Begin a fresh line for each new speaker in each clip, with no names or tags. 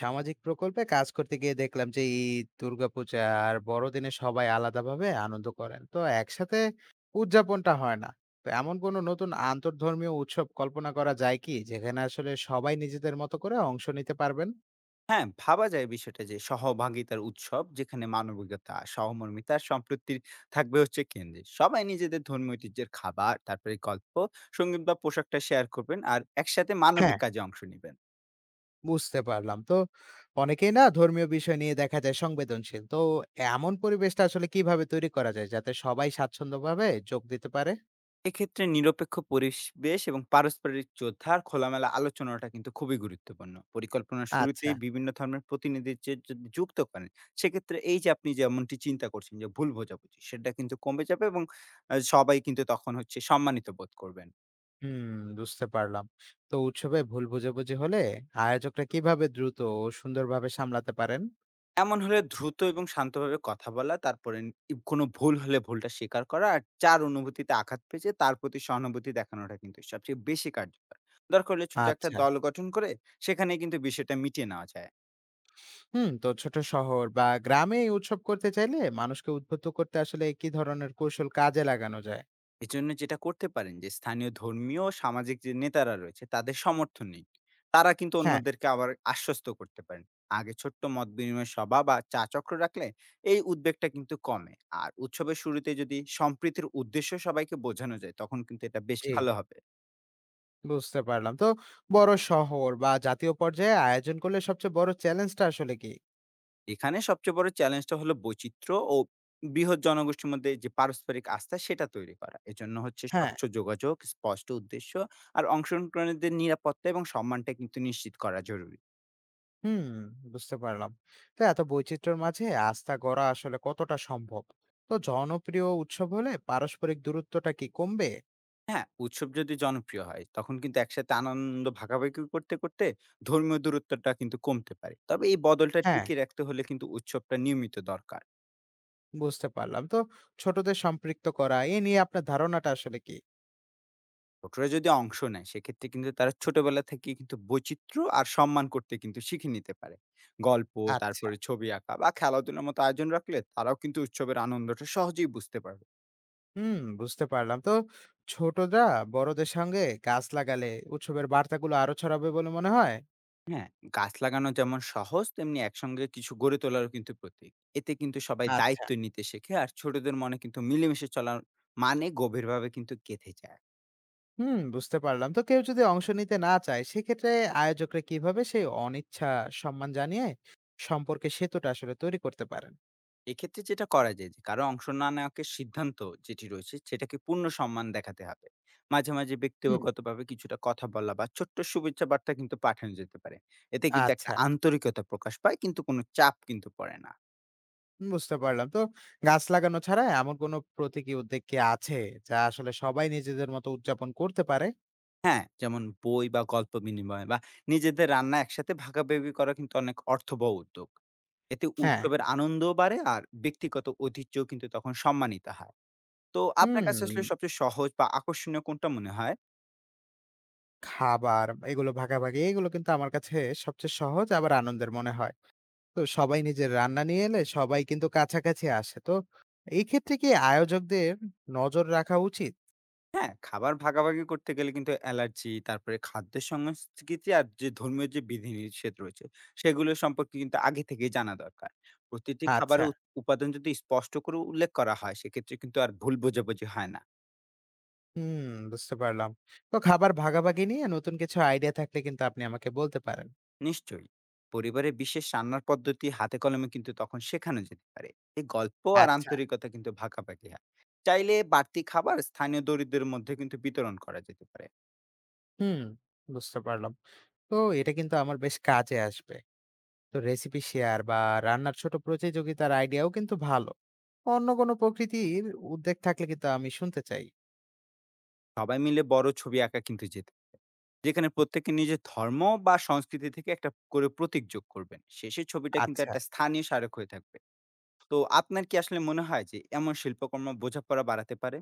সামাজিক প্রকল্পে কাজ করতে গিয়ে দেখলাম যে ঈদ দুর্গাপূজা আর বড়দিনে সবাই আলাদাভাবে আনন্দ করেন, তো একসাথে উদযাপনটা হয় না। তো এমন কোনো নতুন আন্তর্ধর্মীয় উৎসব কল্পনা করা যায় কি, যেখানে আসলে সবাই নিজেদের মতো করে অংশ নিতে পারবেন?
হ্যাঁ, ভাবা যায় বিষয়টা যে সহভাগিতার উৎসব যেখানে মানবিকতা, সহমর্মিতা আর সম্প্রীতির থাকবে হচ্ছে কেন্দ্রে। সবাই নিজেদের ধর্মীয় ঐতিহ্যের খাবার, তারপরে গল্প, সঙ্গীত বা পোশাকটা শেয়ার করবেন আর একসাথে
হ্যাঁ,
মানবিক কাজে অংশ নিবেন।
বুঝতে পারলাম। তো অনেকেই না ধর্মীয় বিষয় নিয়ে দেখা যায় সংবেদনশীল, তো এমন পরিবেশটা আসলে কিভাবে তৈরি করা যায়, যাতে সবাই স্বাচ্ছন্দ্যভাবে যোগ দিতে পারে?
এক্ষেত্রে নিরপেক্ষ পরিবেশ এবং পারস্পরিক শ্রদ্ধা আর খোলামেলা আলোচনাটা কিন্তু খুবই গুরুত্বপূর্ণ। পরিকল্পনার
আচ্ছা।
শুরুতেই বিভিন্ন ধর্মের প্রতিনিধিদের যদি যুক্ত করেন, সেক্ষেত্রে এই যে আপনি যেমনটি চিন্তা করছেন যে ভুল বোঝাবুঝি, সেটা কিন্তু কমে যাবে এবং সবাই কিন্তু তখন হচ্ছে সম্মানিত বোধ করবেন।
হুম, বুঝতে পারলাম। তো উৎসবে ভুল বোঝাবুঝি হলে আয়োজকরা কিভাবে দ্রুত ও সুন্দরভাবে সামলাতে পারেন?
এমন হলে দ্রুত এবং শান্তভাবে কথা বলা, তারপরে কোনো ভুল হলে ভুলটা স্বীকার করা, আর যার অনুভূতিতে আঘাত পেয়েছে তার প্রতি সহানুভূতি দেখানোটা কিন্তু সবচেয়ে বেশি কার্যকর। দরকার হলে ছোট একটা
আচ্ছা।
দল গঠন করে সেখানে কিন্তু বিষয়টা মিটিয়ে নেওয়া যায়।
হুম, তো ছোট শহর বা গ্রামে এই উৎসব করতে চাইলে মানুষকে উদ্বুদ্ধ করতে আসলে কি ধরনের কৌশল কাজে লাগানো যায়?
এজন্য যেটা করতে পারেন যে স্থানীয় ধর্মীয় ও সামাজিক যে নেতারা রয়েছে তাদের সমর্থন নিন। তারা কিন্তু
হ্যাঁ।
অন্যদেরকে আবার আশ্বস্ত করতে পারেন। আগে ছোট্ট মত বিনিময় সভা বা চা চক্র রাখলে এই উদ্বেগটা কিন্তু কমে। আর উৎসবের শুরুতে যদি সম্প্রীতির উদ্দেশ্য সবাইকে বোঝানো যায় তখন কিন্তু এটা বেশ
জি,
ভালো হবে।
বুঝতে পারলাম। তো বড় শহর বা জাতীয় পর্যায়ে আয়োজন করলে সবচেয়ে বড় চ্যালেঞ্জটা আসলে কি?
এখানে সবচেয়ে বড় চ্যালেঞ্জটা হলো বৈচিত্র্য ও বৃহৎ জনগোষ্ঠীর মধ্যে যে পারস্পরিক আস্থা সেটা তৈরি করা। এজন্য হচ্ছে
হ্যাঁ।
স্বচ্ছ যোগাযোগ, স্পষ্ট উদ্দেশ্য আর অংশগ্রহণকারীদের নিরাপত্তা এবং সম্মানটা কিন্তু নিশ্চিত করা জরুরি।
হুম, বুঝতে পারলাম। তো এত বৈচিত্র্যের মাঝে আস্থা গড়া আসলে কতটা সম্ভব? তো জনপ্রিয় উৎসব হলে পারস্পরিক দূরত্বটা কি কমবে?
হ্যাঁ, উৎসব যদি জনপ্রিয় হয় তখন কিন্তু একসাথে আনন্দ ভাগাভাগি করতে ধর্মীয় দূরত্বটা কিন্তু কমতে পারে। তবে এই বদলটা
হ্যাঁ,
টিকিয়ে রাখতে হলে কিন্তু উৎসবটা নিয়মিত দরকার।
বুঝতে পারলাম। তো ছোটদের সম্পৃক্ত করা এ নিয়ে আপনার ধারণাটা আসলে কি?
ছোটরা যদি অংশ নেয় সেক্ষেত্রে কিন্তু তারা ছোটবেলা থেকেই কিন্তু বৈচিত্র্য আর সম্মান করতে কিন্তু শিখে নিতে পারে। গল্প,
আচ্ছা।
তারপরে ছবি আঁকা বা খেলাধুলার মতো আয়োজন রাখলে তারাও কিন্তু উৎসবের আনন্দটা সহজেই বুঝতে পারবে।
হুম, বুঝতে পারলাম। তো ছোটরা বড়দের সঙ্গে গাছ লাগালে উৎসবের বার্তাগুলো আরো ছড়াবে বলে মনে হয়?
হ্যাঁ, গাছ লাগানো যেমন সহজ তেমনি একসঙ্গে কিছু গড়ে তোলারও কিন্তু প্রতীক। এতে কিন্তু সবাই
আচ্ছা।
দায়িত্ব নিতে শেখে আর ছোটদের মনে কিন্তু মিলেমিশে চলার মানে গভীরভাবে কিন্তু গেঁথে যায়।
হুম, বুঝতে পারলাম। তো কেউ যদি অংশ নিতে না চায় সেক্ষেত্রে আয়োজকরা কিভাবে সেই অনিচ্ছা সম্মান জানিয়ে সম্পর্কে সেতুটা আসলে তৈরি করতে পারেন?
এক্ষেত্রে যেটা করা যায় যে কারো অংশ না নেওয়াকে সিদ্ধান্ত যেটি রয়েছে সেটাকে পূর্ণ সম্মান দেখাতে হবে। মাঝে মাঝে
হুম,
ব্যক্তিগতভাবে কিছুটা কথা বলা বা ছোট্ট শুভেচ্ছা বার্তা কিন্তু পাঠানো যেতে পারে। এতে কিন্তু একটা
আচ্ছা।
আন্তরিকতা প্রকাশ পায় কিন্তু কোনো চাপ কিন্তু পড়ে না।
বুঝতে পারলাম। তো গাছ লাগানো ছাড়া এমন কোনো প্রতীকী উদ্যোগ কি আছে, যা আসলে সবাই নিজেদের মতো উদযাপন করতে পারে?
হ্যাঁ, যেমন বই বা গল্প বিনিময় বা নিজেদের রান্না একসাথে ভাগাভাগি করা কিন্তু অনেক অর্থবহ উদ্যোগ। এতে
হ্যাঁ।
উৎসবের আনন্দও বাড়ে আর ব্যক্তিগত ঐতিহ্যও কিন্তু তখন সম্মানিত হয়। তো আপনার
হুম,
কাছে আসলে সবচেয়ে সহজ বা আকর্ষণীয় কোনটা মনে হয়?
খাবার এগুলো ভাগাভাগি এগুলো কিন্তু আমার কাছে সবচেয়ে সহজ আবার আনন্দের মনে হয়। তো সবাই নিজের রান্না নিয়ে এলে সবাই কিন্তু কাছাকাছি আসে। তো এই ক্ষেত্রে কি আয়োজকদের নজর রাখা উচিত?
হ্যাঁ, খাবার ভাগাভাগি করতে গেলে কিন্তু অ্যালার্জি, তারপরে খাদ্যের সংস্কৃতি আর যে ধর্মীয় বিধিনিষেধ রয়েছে, সেগুলো সম্পর্কে কিন্তু আগে থেকেই জানা দরকার। প্রতিটি
আচ্ছা,
খাবারের উপাদান যদি স্পষ্ট করে উল্লেখ করা হয়, সেক্ষেত্রে কিন্তু আর ভুল বোঝাবুঝি হয় না।
হুম, বুঝতে পারলাম। তো খাবার ভাগাভাগি নিয়ে নতুন কিছু আইডিয়া থাকলে কিন্তু আপনি আমাকে বলতে পারেন।
নিশ্চয়ই পরিবারে বিশেষ রান্নার পদ্ধতি হাতে কলমে কিন্তু তখন শেখানো যেতে পারে। এই গল্প আর
আচ্ছা,
আন্তরিকতা কিন্তু ভাগাভাগি হয়। চাইলে বাড়তি খাবার স্থানীয় দরিদ্রদের মধ্যে কিন্তু বিতরণ করা যেতে পারে।
হুম, বুঝতে পারলাম। তো এটা কিন্তু আমার বেশ কাজে আসবে। তো রেসিপি শেয়ার বা রান্নার ছোট প্রতিযোগিতার আইডিয়াও কিন্তু ভালো। অন্য কোনো প্রকৃতির উদ্যোগ থাকলে কিন্তু আমি শুনতে চাই।
সবাই মিলে বড় ছবি আঁকা কিন্তু যেতে পারে যেখানে প্রত্যেকে নিজের ধর্ম বা সংস্কৃতি থেকে একটা করে প্রতীক যোগ করবেন, শেষে ছবিটা কিন্তু
আচ্ছা।
একটা স্থানীয় স্মারক হয়ে থাকবে। তো আপনার কি আসলে মনে হয় যে এমন শিল্পকর্ম বোঝাপড়া বাড়াতে পারে?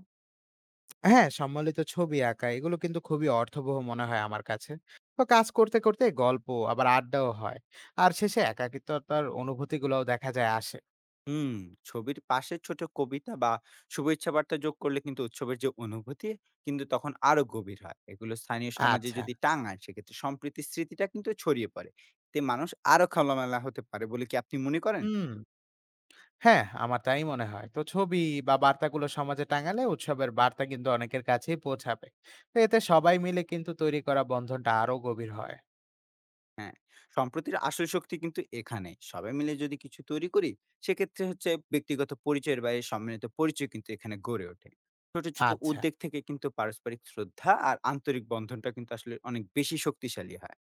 হ্যাঁ, সম্মিলিত ছবি আঁকা এগুলো কিন্তু খুবই অর্থবহ মনে হয় আমার কাছে। তো কাজ করতে করতে গল্প আবার আড্ডাও হয়, আর শেষে একাকিত্বতার অনুভূতিগুলোও দেখা যায় আসে।
হুম, ছবির পাশে ছোট কবিতা বা শুভেচ্ছা বার্তা যোগ করলে কিন্তু উৎসবের যে অনুভূতি কিন্তু তখন আরো গভীর হয়। এগুলো স্থানীয় সমাজে
আচ্ছা।
যদি টাঙায় সেক্ষেত্রে সম্প্রীতির স্মৃতিটা কিন্তু ছড়িয়ে পড়ে। এতে মানুষ আরো খোলামেলা হতে পারে বলে কি আপনি মনে করেন?
হুম, হ্যাঁ, আমার তাই মনে হয়। তো ছবি বা বার্তাগুলো সমাজে টাঙালে উৎসবের বার্তা কিন্তু অনেকের কাছেই পৌঁছাবে। তো এতে সবাই মিলে কিন্তু তৈরি করা বন্ধনটা আরো গভীর হয়।
হ্যাঁ, সম্প্রীতির আসল শক্তি কিন্তু এখানে। সবাই মিলে যদি কিছু তৈরি করি সেক্ষেত্রে হচ্ছে ব্যক্তিগত পরিচয়ের বাইরে সম্মিলিত পরিচয় কিন্তু এখানে গড়ে ওঠে। ছোট, ছোট
আচ্ছা।
উদ্যোগ থেকে কিন্তু পারস্পরিক শ্রদ্ধা আর আন্তরিক বন্ধনটা কিন্তু আসলে অনেক বেশি শক্তিশালী হয়।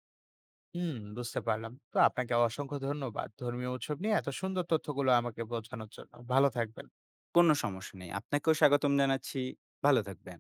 হুম, বুঝতে পারলাম। তো আপনাকে অসংখ্য ধন্যবাদ ধর্মীয় উৎসব নিয়ে এত সুন্দর তথ্যগুলো আমাকে বোঝানোর জন্য। ভালো থাকবেন।
কোনো সমস্যা নেই। আপনাকেও স্বাগতম জানাচ্ছি। ভালো থাকবেন।